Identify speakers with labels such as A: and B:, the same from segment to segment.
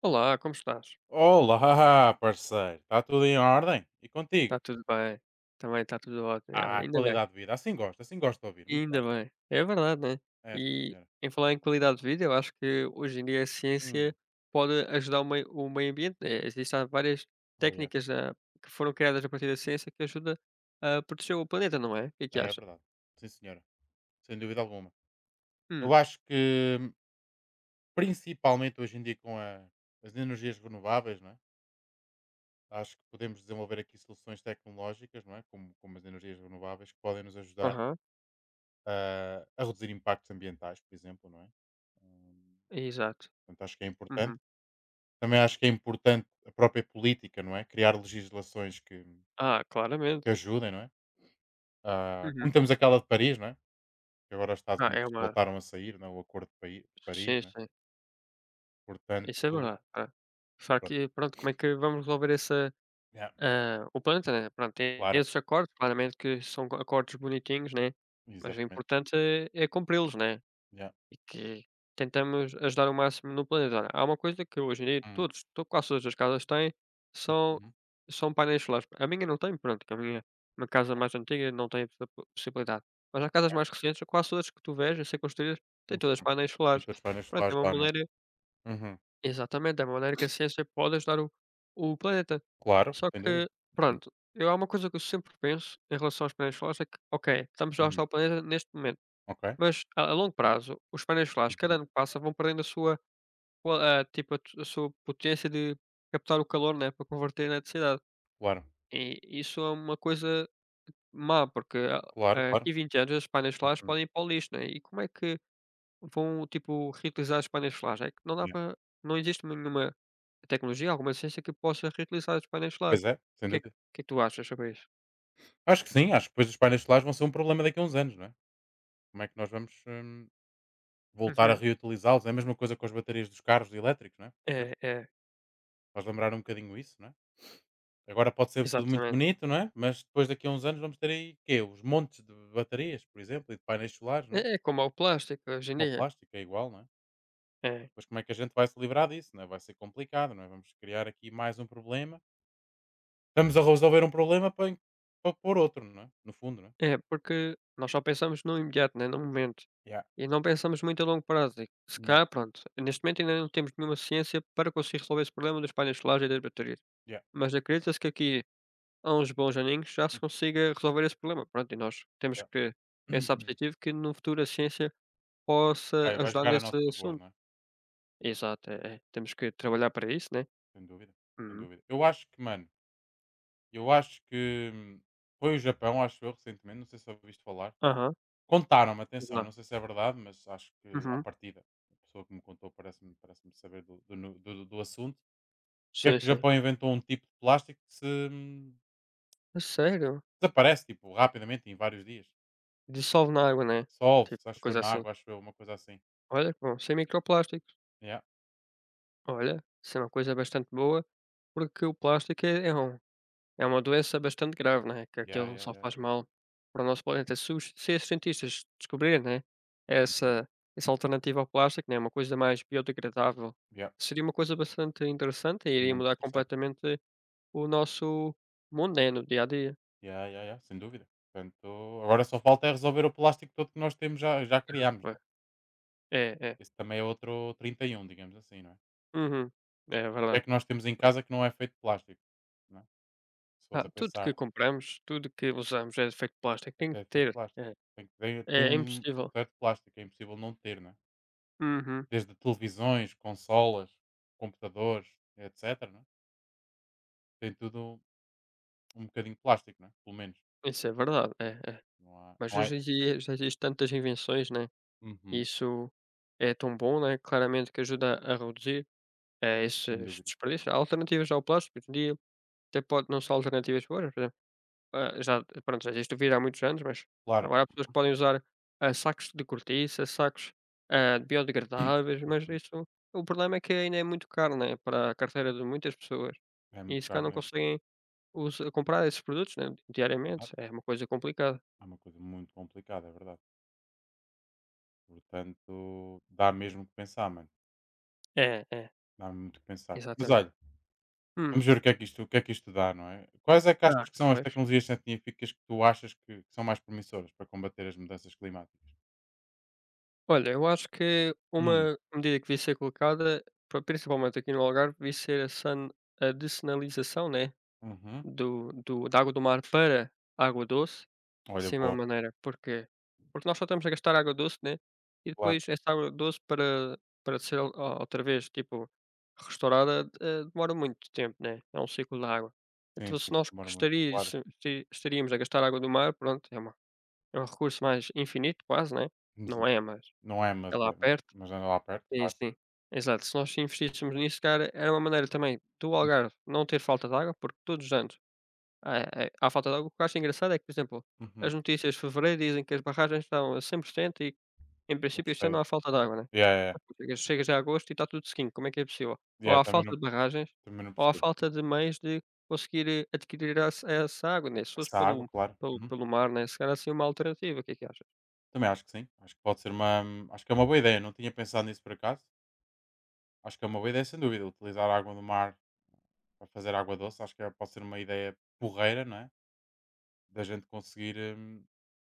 A: Olá, como estás?
B: Olá, parceiro. Está tudo em ordem? E contigo?
A: Está tudo bem? Também está tudo ótimo. Olha,
B: Ah,
A: ainda bem,
B: qualidade de vida. Assim gosto de ouvir. Muito
A: ainda
B: bem.
A: bem. É verdade, né?
B: É, sim,
A: E
B: senhora.
A: em falar em qualidade de vida, eu acho que hoje em dia a
B: Hum,
A: ciência pode ajudar o meio ambiente, né? Existem várias
B: oh yeah.
A: técnicas que foram criadas a partir da ciência que ajuda a proteger o planeta, não é? O que é que
B: É, é
A: achas?
B: verdade. Sim, senhora. Sem dúvida alguma.
A: Hum,
B: Eu acho que, principalmente hoje em dia com as energias renováveis, não é? Acho que podemos desenvolver aqui soluções tecnológicas, não é? Como as energias renováveis, que podem nos ajudar
A: aham,
B: a reduzir impactos ambientais, por exemplo, não é? Hum,
A: exato.
B: portanto, acho que é importante.
A: Uhum.
B: Também acho que é importante a própria política, não é? Criar legislações que,
A: Ah,
B: que
A: claramente.
B: ajudem, não é? Ah, como
A: Uhum.
B: temos aquela de Paris, não é? Que agora os Estados
A: Ah, é
B: Unidos
A: uma.
B: voltaram a sair, não é? O Acordo de de Paris,
A: Sim,
B: não é?
A: sim. Isso é
B: Portanto,
A: verdade. Ah. Só
B: pronto.
A: que, pronto, como é que vamos resolver essa.
B: Yeah,
A: Ah, o planta, né, pronto, tem
B: claro,
A: esses acordos, claramente que são co acordos bonitinhos, né, mas o
B: exatamente.
A: importante é cumpri-los, né,
B: Yeah.
A: e que tentamos ajudar o máximo no planeta. Olha, há uma coisa que hoje em dia
B: Hum,
A: todos to quase todas as casas têm, são
B: uhum,
A: são painéis solares. A minha não tem, pronto, que a minha uma casa mais antiga não tem essa po possibilidade, mas há casas mais recentes, quase todas que tu vês a ser construídas, têm
B: hum.
A: todas painéis
B: E
A: solares.
B: todos os painéis
A: Pronto, é
B: solares
A: uma
B: lá, não é?
A: maneira.
B: Uhum,
A: Exatamente, da maneira que a ciência pode ajudar o planeta.
B: claro,
A: Só
B: sem dúvida.
A: que,
B: Uhum,
A: pronto, eu há uma coisa que eu sempre penso em relação aos painéis solares é que, ok, estamos a ajudar
B: uhum,
A: o planeta neste momento,
B: ok.
A: mas a longo prazo os painéis solares, cada
B: Uhum,
A: ano que passa, vão perdendo a sua qua a tipo, a t a sua potência de captar o calor, né, para converter em eletricidade.
B: claro,
A: E isso é uma coisa má, porque a
B: claro, claro.
A: daqui 20 anos os painéis solares
B: Uhum,
A: podem ir para o lixo, né, e como é que vão, tipo, reutilizar os painéis solares? É que não dá
B: yeah.
A: para não existe nenhuma a tecnologia, alguma ciência que possa reutilizar os painéis
B: Pois
A: solares.
B: é,
A: O
B: sem
A: que é que o
B: dúvida.
A: que é que tu achas sobre isso?
B: Acho que sim, acho que depois os painéis solares vão ser um problema daqui a uns anos, não é? Como é que nós vamos. Voltar a
A: Uhum.
B: reutilizá-los. É a mesma coisa com as baterias dos carros elétricos, não é? Por
A: É,
B: exemplo,
A: é,
B: faz lembrar um bocadinho isso, não é? Agora pode ser tudo muito
A: exatamente.
B: bonito, não é? Mas depois daqui a uns anos vamos ter aí quê? Os montes de baterias, por exemplo, e de painéis solares, não é?
A: É como é o plástico hoje em
B: Como o
A: dia.
B: plástico, é igual, não é?
A: É,
B: Pois como é que a gente vai se livrar disso, não é? Vai ser complicado, não é? Vamos criar aqui mais um problema. Estamos a resolver um problema para, para pôr outro, não é? No fundo, não é?
A: é porque nós só pensamos no imediato, né, no momento.
B: Yeah.
A: E não pensamos muito a longo prazo. E se
B: Não.
A: cá, pronto, neste momento ainda não temos nenhuma ciência para conseguir resolver esse problema dos painéis solares e das baterias.
B: Yeah.
A: Mas acredita-se que aqui há uns bons aninhos já se
B: Hum,
A: consiga resolver esse problema. Pronto, e nós temos
B: yeah.
A: que pensar positivo que no futuro a ciência possa
B: Vai
A: ajudar
B: jogar a
A: nesse
B: nosso favor, não
A: assunto.
B: é?
A: Exato, é, temos que trabalhar para isso, né.
B: Sem dúvida. Sem
A: Uhum.
B: dúvida. Eu acho que, mano, eu acho que foi o Japão, acho eu, recentemente, não sei se ouviste falar.
A: Aham,
B: Contaram-me, atenção, eu não
A: exato.
B: sei se é verdade, mas acho que à
A: Uhum.
B: partida, a pessoa que me contou parece saber do assunto, que é
A: Sim,
B: que o
A: sim.
B: Japão inventou um tipo de plástico que se hum,
A: A sério?
B: desaparece, tipo, rapidamente, em vários dias.
A: Dissolve na água, né, tipo
B: Solve-se,
A: uma
B: acho eu,
A: coisa
B: na
A: assim.
B: água, acho eu, uma coisa assim.
A: Olha que bom, sem microplásticos.
B: Yeah,
A: Olha, isso é uma coisa bastante boa, porque o plástico é uma doença bastante grave, né, que
B: yeah,
A: aquilo
B: yeah,
A: só
B: yeah,
A: faz
B: yeah.
A: mal para o nosso planeta. Se os cientistas descobrirem, né,
B: Uhum.
A: essa essa alternativa ao plástico, né, uma coisa mais biodegradável,
B: Yeah,
A: seria uma coisa bastante interessante e iria
B: muito
A: mudar
B: interessante.
A: completamente o nosso Moneno, dia a dia.
B: Yeah, yeah, yeah, sem dúvida. Portanto, agora só falta é resolver o plástico todo que nós temos, já, já criámos, né?
A: Ué, é, é.
B: Esse também é outro 31 digamos assim, não é?
A: Uhum. É
B: O que é
A: verdade.
B: que nós temos em casa que não é feito de plástico, não é? Se fores
A: Ah,
B: a
A: tudo
B: pensar,
A: que
B: não é?
A: compramos, tudo que usamos é de feito de plástico, tem
B: Até
A: que
B: é feito
A: ter.
B: de plástico.
A: É,
B: Tem que tem
A: é
B: um
A: impossível.
B: certo plástico, é impossível não ter, não é?
A: Uhum.
B: Desde televisões, consolas, computadores, etcétera, não é? Tem tudo um bocadinho de plástico, não é? Pelo menos.
A: Isso é verdade, é, é.
B: Não há,
A: Mas
B: não há
A: hoje em dia já existem tantas invenções, né, e
B: Uhum,
A: isso é tão bom, né, claramente que ajuda a reduzir,
B: sem
A: esses
B: dúvida.
A: desperdícios. Há alternativas ao plástico hoje em dia, até pode não ser alternativas boas por exemplo. Ah, já pronto, já existe o vidro há muitos anos, mas
B: Claro.
A: agora há pessoas que podem usar, sacos de cortiça, sacos, biodegradáveis, mas
B: Uhum.
A: isso o problema é que ainda é muito caro, né, para a carteira de muitas pessoas.
B: É
A: E
B: muito
A: se cá
B: caro
A: não
B: mesmo,
A: conseguem usa comprar esses produtos, né,
B: é verdade.
A: diariamente, é uma coisa complicada.
B: É uma coisa muito complicada, é verdade. Portanto, dá mesmo o que pensar, mano.
A: É, é,
B: Dá muito o que pensar. Mas
A: exatamente.
B: olha,
A: Hum.
B: vamos ver o que é que isto, o que é que isto dá, não é? Quais é que
A: Ah,
B: achas que são as
A: pois.
B: tecnologias científicas que tu achas que são mais promissoras para combater as mudanças climáticas?
A: Olha, eu acho que
B: Hum,
A: uma medida que devia ser colocada, pa principalmente aqui no Algarve, devia ser a dessenalização, né?
B: Uhum.
A: do do da água do mar para água doce,
B: Olha,
A: sem uma
B: boa,
A: maneira. Porquê? Porque nós só estamos a gastar água doce, né, e
B: claro,
A: depois essa água doce para ser o outra vez, tipo, restaurada, demora muito tempo, né, é um ciclo da água.
B: sim,
A: Então se
B: sim,
A: nós
B: demora muito,
A: gostaria
B: claro.
A: se estaríamos a gastar água do mar, pronto, é uma é um recurso mais infinito quase, né,
B: Vamos
A: não
B: ver.
A: é, mas
B: Não é, mas,
A: é lá
B: é,
A: perto.
B: mas anda lá perto,
A: Sim,
B: claro.
A: sim. Exato, se nós investíssemos nisso, cara, era uma maneira também do Algarve não ter falta de água, porque todos os anos à falta de água, o que eu acho engraçado é que, por exemplo,
B: Uhum.
A: as notícias de fevereiro dizem que as barragens estão a 100% e, em princípio, este
B: Gostei.
A: ano não há falta de água, né.
B: Yeah, yeah, yeah,
A: Mas tu chegas a agosto e está tudo sequinho, como é que é possível? Ou
B: yeah,
A: há falta de barragens,
B: também não
A: ou há
B: percebo.
A: falta de meios de conseguir, adquirir essa água, né, se fosse
B: Essa água,
A: pelo
B: claro.
A: pelo
B: Uhum.
A: pelo mar, né, se calhar assim uma alternativa, o que é que achas?
B: Também acho que sim. Acho que pode ser uma. Acho que é uma boa ideia. Não tinha pensado nisso por acaso. Acho que é uma boa ideia, sem dúvida. Utilizar a água do mar para fazer água doce, acho que pode ser uma ideia porreira, não é? Da gente conseguir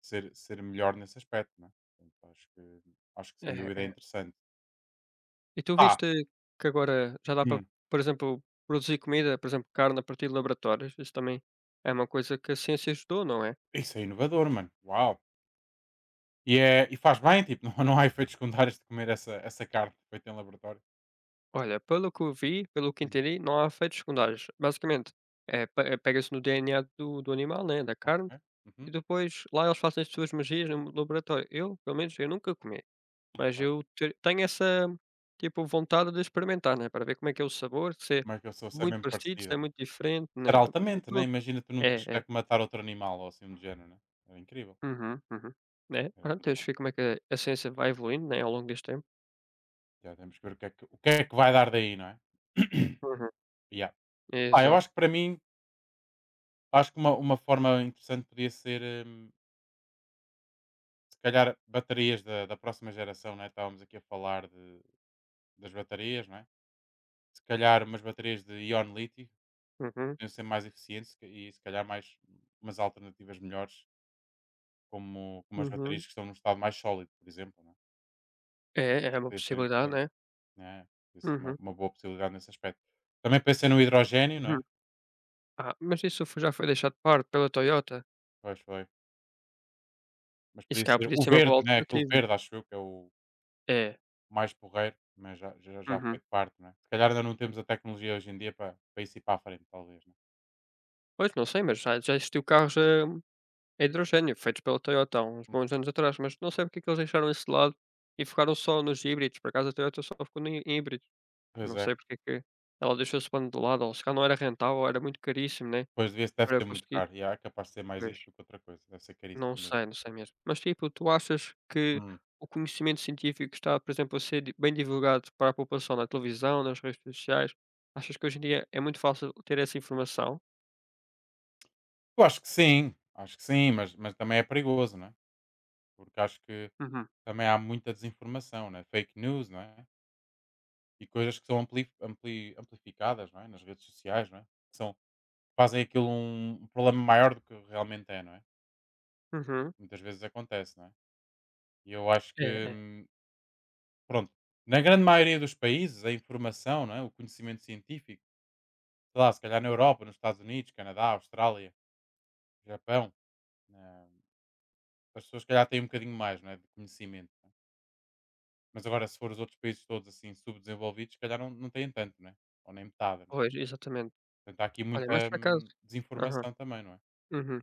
B: ser melhor nesse aspecto, né? Portanto, acho que sem
A: É,
B: dúvida é
A: é.
B: interessante.
A: E tu
B: Ah,
A: viste que agora já dá para,
B: hum,
A: por exemplo, produzir comida, por exemplo, carne a partir de laboratórios? Isso também é uma coisa que a ciência ajudou, não é?
B: isso é inovador, mano. Uau! E faz bem, tipo, não, não há efeitos secundários de comer essa carne feita em laboratório.
A: Olha, pelo que eu vi, pelo que
B: Hum,
A: entendi, não há efeitos secundários. Basicamente, pega-se no DNA do animal, né, da carne,
B: ok.
A: e
B: Uhum,
A: depois lá eles fazem as suas magias no laboratório. Eu, pelo menos, eu nunca comi, mas
B: ok.
A: eu tenho essa tipo vontade de experimentar, né, para ver como é que é o sabor, se é
B: Como é que eu sou? Se é
A: muito
B: mesmo
A: parecido, se
B: parecida,
A: é
B: mano.
A: muito diferente, né?
B: Era altamente, né? Imagina tu não tens
A: É,
B: que
A: é.
B: matar outro animal ou assim do género, né? Era incrível.
A: Uhum, uhum. Né?
B: Era
A: Pronto,
B: brutal.
A: deixa ver como é que a ciência vai evoluindo, né, ao longo deste tempo.
B: Já temos que ver o que é que vai dar daí, não é?
A: Uhum.
B: Yeah. Eu
A: Exato.
B: acho que para mim, acho que uma forma interessante podia ser, se calhar, baterias da próxima geração, né? Estávamos aqui a falar de, das baterias, né? Se calhar umas baterias de íon lítio
A: Uhum,
B: podiam ser mais eficientes se e se calhar mais umas alternativas melhores, como as baterias
A: uhum.
B: que estão num estado mais sólido, por exemplo, né?
A: É, é uma
B: Podia ser
A: possibilidade,
B: interessante,
A: né?
B: né? Podia ser uma,
A: Uhum.
B: uma boa possibilidade nesse aspecto. Também pensei no hidrogênio, não
A: Uhum.
B: é?
A: Ah, mas isso fo já foi deixado de parte pela Toyota.
B: Pois foi. Mas
A: E se
B: podia ser
A: podia
B: o
A: ser uma
B: verde,
A: boa
B: né? Aquele
A: alternativa.
B: verde, acho eu, que é o
A: É.
B: mais porreiro, mas já, já, já foi
A: Uhum.
B: parte, não é? Se calhar ainda não temos a tecnologia hoje em dia para isso ir para a frente, talvez, não é?
A: Pois, não sei, mas já existiu carros a hidrogênio feitos pela Toyota há uns
B: Hum,
A: bons anos atrás, mas não sei porque é que eles deixaram isso de lado e focaram só nos híbridos. Por acaso a Toyota só ficou em híbridos.
B: Pois
A: Não
B: é,
A: sei porque é que ela deixou esse plano de lado, ou se calhar não era rentável, ou era muito caríssimo, né,
B: pois deve
A: para
B: ser muito
A: conseguir.
B: caro, e é capaz de ser mais isso do que outra coisa, deve ser
A: Não
B: caríssimo mesmo.
A: sei, não sei mesmo. Mas, tipo, tu achas que
B: Hum.
A: o conhecimento científico está, por exemplo, a ser di bem divulgado para a população na televisão, nas redes sociais? Achas que hoje em dia é muito fácil ter essa informação?
B: Eu acho que sim, mas também é perigoso, não é? Porque acho que
A: Uhum,
B: também há muita desinformação, né? Fake news, não é? E coisas que são amplificadas, não é? Nas redes sociais, não é? Que são, fazem aquilo um problema maior do que realmente é, não é?
A: uhum.
B: Muitas vezes acontece, não é? E eu acho
A: É,
B: que
A: é.
B: pronto. Na grande maioria dos países, a informação, não é? O conhecimento científico, sei lá, se calhar na Europa, nos Estados Unidos, Canadá, Austrália, Japão, eh, as pessoas, se calhar, têm um bocadinho mais, não é? De conhecimento, não é? Mas agora, se for os outros países todos assim subdesenvolvidos, se calhar não, não têm tanto, não é? Ou nem metade. Não é?
A: Pois, exatamente.
B: Portanto, há aqui
A: Olha, mas
B: muita
A: por acaso aham,
B: desinformação também, não é?
A: uhum.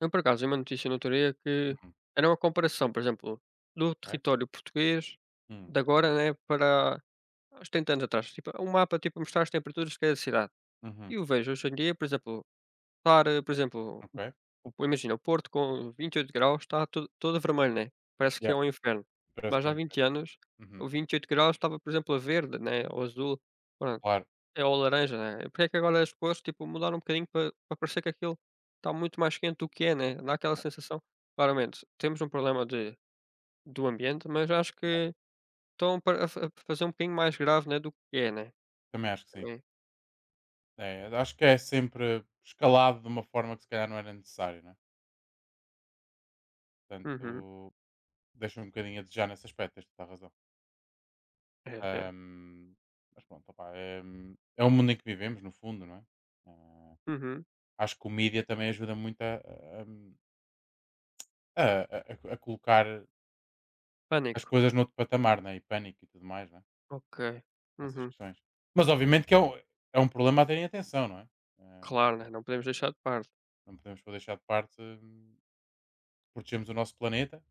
A: Eu, por acaso, vi uma notícia no outro dia que
B: Uhum.
A: era uma comparação, por exemplo, do
B: Ok.
A: território português
B: Hum.
A: de agora, né, para há uns 30 anos atrás. Tipo, um mapa, tipo, a mostrar as temperaturas de cada cidade. E
B: Uhum.
A: eu vejo hoje em dia, por exemplo estar, por exemplo,
B: Ok.
A: o imagina, o Porto com 28 graus está to todo vermelho, né, parece que
B: Yeah.
A: é um inferno.
B: Parece
A: Mas há
B: muito bem.
A: 20 anos,
B: Uhum.
A: o 28 graus estava, por exemplo, a verde, né, ou azul, pronto,
B: Claro.
A: é ou laranja, né. Porque é que agora as cores, tipo, mudaram um bocadinho para parecer que aquilo está muito mais quente do que é, né, dá aquela
B: Yeah.
A: sensação. Claramente, temos um problema de do ambiente, mas acho
B: Yeah.
A: que estão para a fazer um bocadinho mais grave, né, do que é, né,
B: Também acho que sim.
A: também.
B: É, acho que é sempre escalado de uma forma que, se calhar, não era necessário, não é? Portanto,
A: Uhum.
B: deixa um bocadinho a desejar nesse aspecto, tens toda a razão.
A: É, é.
B: Ahm, mas pronto, opá, é o mundo em que vivemos, no fundo, não é? Ah,
A: Uhum.
B: acho que o mídia também ajuda muito a- a colocar as
A: Pânico,
B: coisas noutro patamar, né? E pânico e tudo mais, né?
A: ok.
B: Nessas
A: Uhum.
B: questões. Mas obviamente que é um problema a terem atenção, não é? Ahm,
A: Claro, né, não podemos deixar de parte.
B: não podemos pôr deixar de parte protegermos o nosso planeta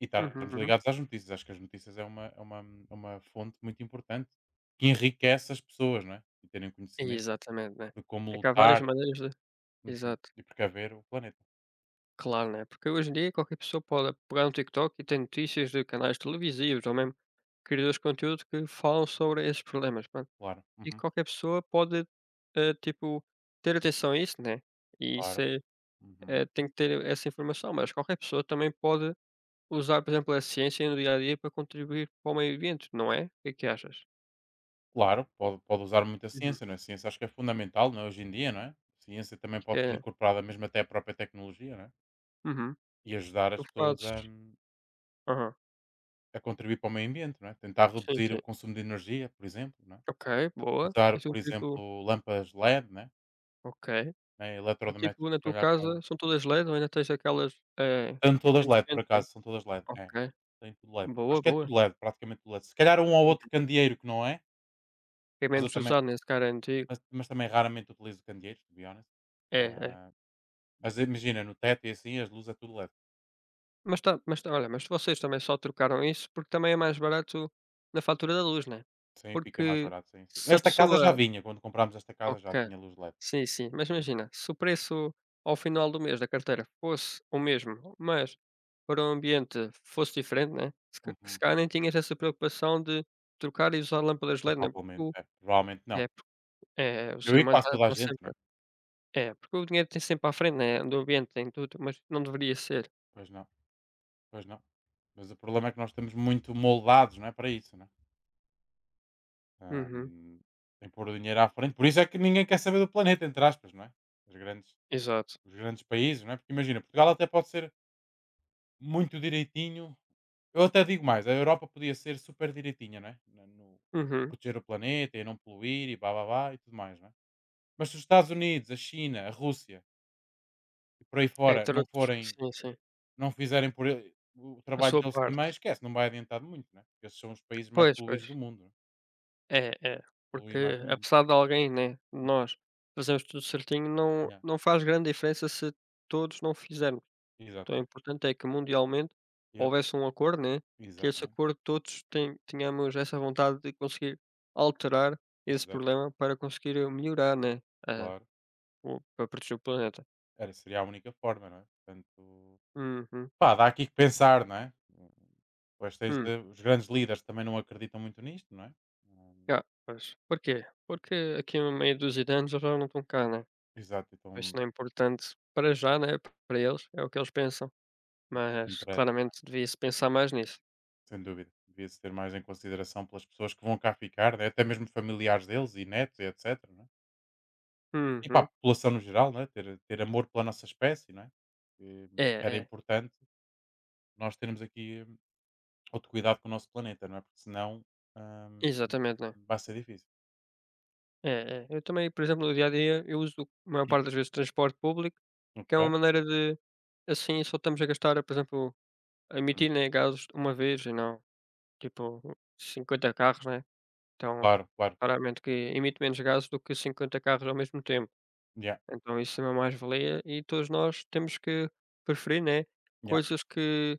B: e estarmos
A: Uhum. Uhum.
B: ligados às notícias. Acho que as notícias é uma é uma fonte muito importante que enriquece as pessoas, não é? E terem conhecimento
A: Exatamente, né.
B: de como
A: É que há várias
B: lutar,
A: maneiras de
B: uhum,
A: exato,
B: e precaver o planeta.
A: claro, né, porque hoje em dia qualquer pessoa pode pegar no TikTok e tem notícias de canais televisivos ou mesmo criadores de conteúdo que falam sobre esses problemas, pronto.
B: Claro,
A: E
B: uhum,
A: qualquer pessoa pode, tipo, ter atenção a isso, né, e isso
B: claro,
A: é
B: uhum.
A: tem que ter essa informação, mas qualquer pessoa também pode usar, por exemplo, a ciência no dia a dia para contribuir para o meio ambiente, não é? O que é que achas?
B: Claro, pode usar muita
A: Uhum.
B: ciência, não é? Ciência acho que é fundamental, não é, hoje em dia, não é? Ciência também pode ser
A: É.
B: incorporada mesmo até à própria tecnologia, não é?
A: Uhum.
B: E ajudar
A: Tu
B: as pessoas
A: fazes.
B: a contribuir para o meio ambiente, não é? Tentar
A: Sim,
B: reduzir
A: sim.
B: o consumo de energia, por exemplo, não é?
A: Ok, boa.
B: Usar,
A: Isso
B: por
A: tipo,
B: exemplo, lâmpadas LED, não
A: ok.
B: é?
A: Do tipo,
B: Eletrodomésticos,
A: na
B: se
A: tua
B: calhar,
A: casa são todas LED ou ainda tens aquelas,
B: são todas LED, por
A: incandescentes, né?
B: acaso, são todas LED. É,
A: Ok.
B: tem tudo LED.
A: Boa,
B: Acho que é
A: boa.
B: tudo LED, praticamente tudo LED. Se calhar um ou outro
A: Uhum.
B: candeeiro que não é,
A: É
B: mas eu
A: menos
B: também
A: usado, nesse cara é antigo.
B: mas também raramente utilizo candeeiros, to be honest.
A: É, é.
B: Ah, mas imagina, no teto e assim, as luzes é tudo LED.
A: Mas olha, mas vocês também só trocaram isso porque também é mais barato na fatura da luz, né?
B: Sim, fica mais
A: Porque
B: barato, sim, sim.
A: se a
B: Esta casa
A: pessoa.
B: já vinha, quando comprámos esta casa já
A: Ok.
B: tinha luz LED.
A: Sim, sim. Mas imagina, se o preço ao final do mês da carteira fosse o mesmo, mas para um ambiente fosse diferente, né? Se, ca- se
B: Uhum.
A: calhar nem tinhas essa preocupação de trocar e usar lâmpadas LED, né?
B: Provavelmente,
A: Porque
B: é. Provavelmente não.
A: é, porque- o
B: Eu
A: ser
B: e
A: humano
B: quase toda a
A: está
B: gente,
A: sempre.
B: né?
A: É, porque o dinheiro tem sempre à frente, né? Do ambiente, tem tudo, mas não deveria ser.
B: Pois não, pois não. Mas o problema é que nós estamos muito moldados, não é, para isso, né?
A: Uhum,
B: Ahm, tem que pôr o dinheiro à frente. Por isso é que ninguém quer saber do planeta, entre aspas, não é? Os grandes,
A: exato.
B: os grandes países, não é? Porque imagina, Portugal até pode ser muito direitinho. Eu até digo mais, a Europa podia ser super direitinha, não é? No
A: Uhum.
B: proteger o planeta e não poluir e blá blá blá e tudo mais, não é? Mas se os Estados Unidos, a China, a Rússia e por aí fora
A: Entre
B: não
A: outros.
B: forem,
A: Sim, sim.
B: não fizerem por o
A: A
B: trabalho
A: sua
B: deles também,
A: parte.
B: esquece, não vai adiantar de muito, né? Porque esses são os países mais
A: Pois,
B: poluídos
A: pois.
B: do mundo, não é?
A: É, é.
B: Poluem mais
A: Porque
B: no mundo.
A: apesar de alguém, né,
B: Hum,
A: nós fazemos tudo certinho, não
B: yeah,
A: não faz grande diferença se todos não fizermos. Então o
B: exatamente.
A: importante é que mundialmente houvesse um acordo, né, que esse
B: Exatamente,
A: acordo todos tenhamos essa vontade de conseguir alterar esse
B: exato,
A: problema para conseguir, melhorar, né, eh,
B: claro.
A: o para proteger o planeta.
B: Era seria a única forma, não é? Portanto,
A: Uhum.
B: pá, dá aqui que pensar, não é? Pois tens,
A: Hum.
B: os grandes líderes também não acreditam muito nisto, não é? Hum,
A: Yeah, pois. Porquê? Porque aqui uma meia dúzia de anos eles já não estão cá, né.
B: Exato,
A: Isso
B: então
A: não é importante para já, né, para eles, é o que eles pensam.
B: já, não me
A: Mas
B: interessa,
A: claramente devia-se pensar mais nisso.
B: sem dúvida. Devia-se ter mais em consideração pelas pessoas que vão cá ficar, né? Até mesmo familiares deles e netos e etc. Não é? E para a
A: Uhum.
B: população no geral, não é? Ter amor pela nossa espécie, não é? Que
A: É,
B: era
A: é.
B: importante nós termos aqui outro cuidado com o nosso planeta, não é? Porque senão hum,
A: Exatamente, né.
B: vai ser difícil.
A: É, é. É. Eu também, por exemplo, no dia a dia, eu uso a maior parte das vezes transporte público, que é uma maneira de assim só estamos a gastar, por exemplo, a
B: Hum,
A: emitir, né, gases uma vez e não tipo 50 carros, né. Então,
B: claro, claro.
A: claramente que emite menos gases do que 50 carros ao mesmo tempo.
B: Yeah,
A: Então isso é uma mais-valia e todos nós temos que preferir, né,
B: yeah.
A: coisas que,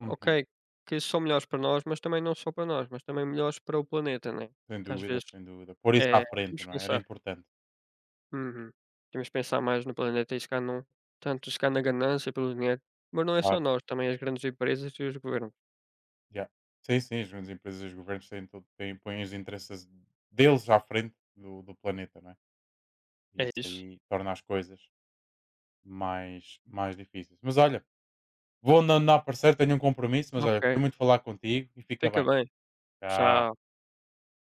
B: Uhum.
A: ok, que são melhores para nós, mas também não só para nós, mas também melhores para o planeta, né?
B: Sem
A: Que às
B: dúvida,
A: vezes
B: sem dúvida. Por isso à
A: é,
B: frente,
A: temos que
B: não é? Era
A: pensar.
B: importante,
A: Uhum. Temos que pensar mais no planeta e se calhar não tanto se calhar na ganância pelo dinheiro, mas não é
B: claro.
A: só nós, também as grandes empresas e os governos.
B: Yeah. Sim, sim, as grandes empresas e os governos põem os interesses deles à frente do planeta, não é? E
A: É
B: isso
A: isso.
B: aí torna as coisas mais, mais difíceis. Mas olha, vou andando a aparecer, tenho um compromisso, mas olha,
A: Ok,
B: gostei muito de falar contigo e fica
A: fica
B: bem.
A: bem.
B: Tchau.
A: Tchau.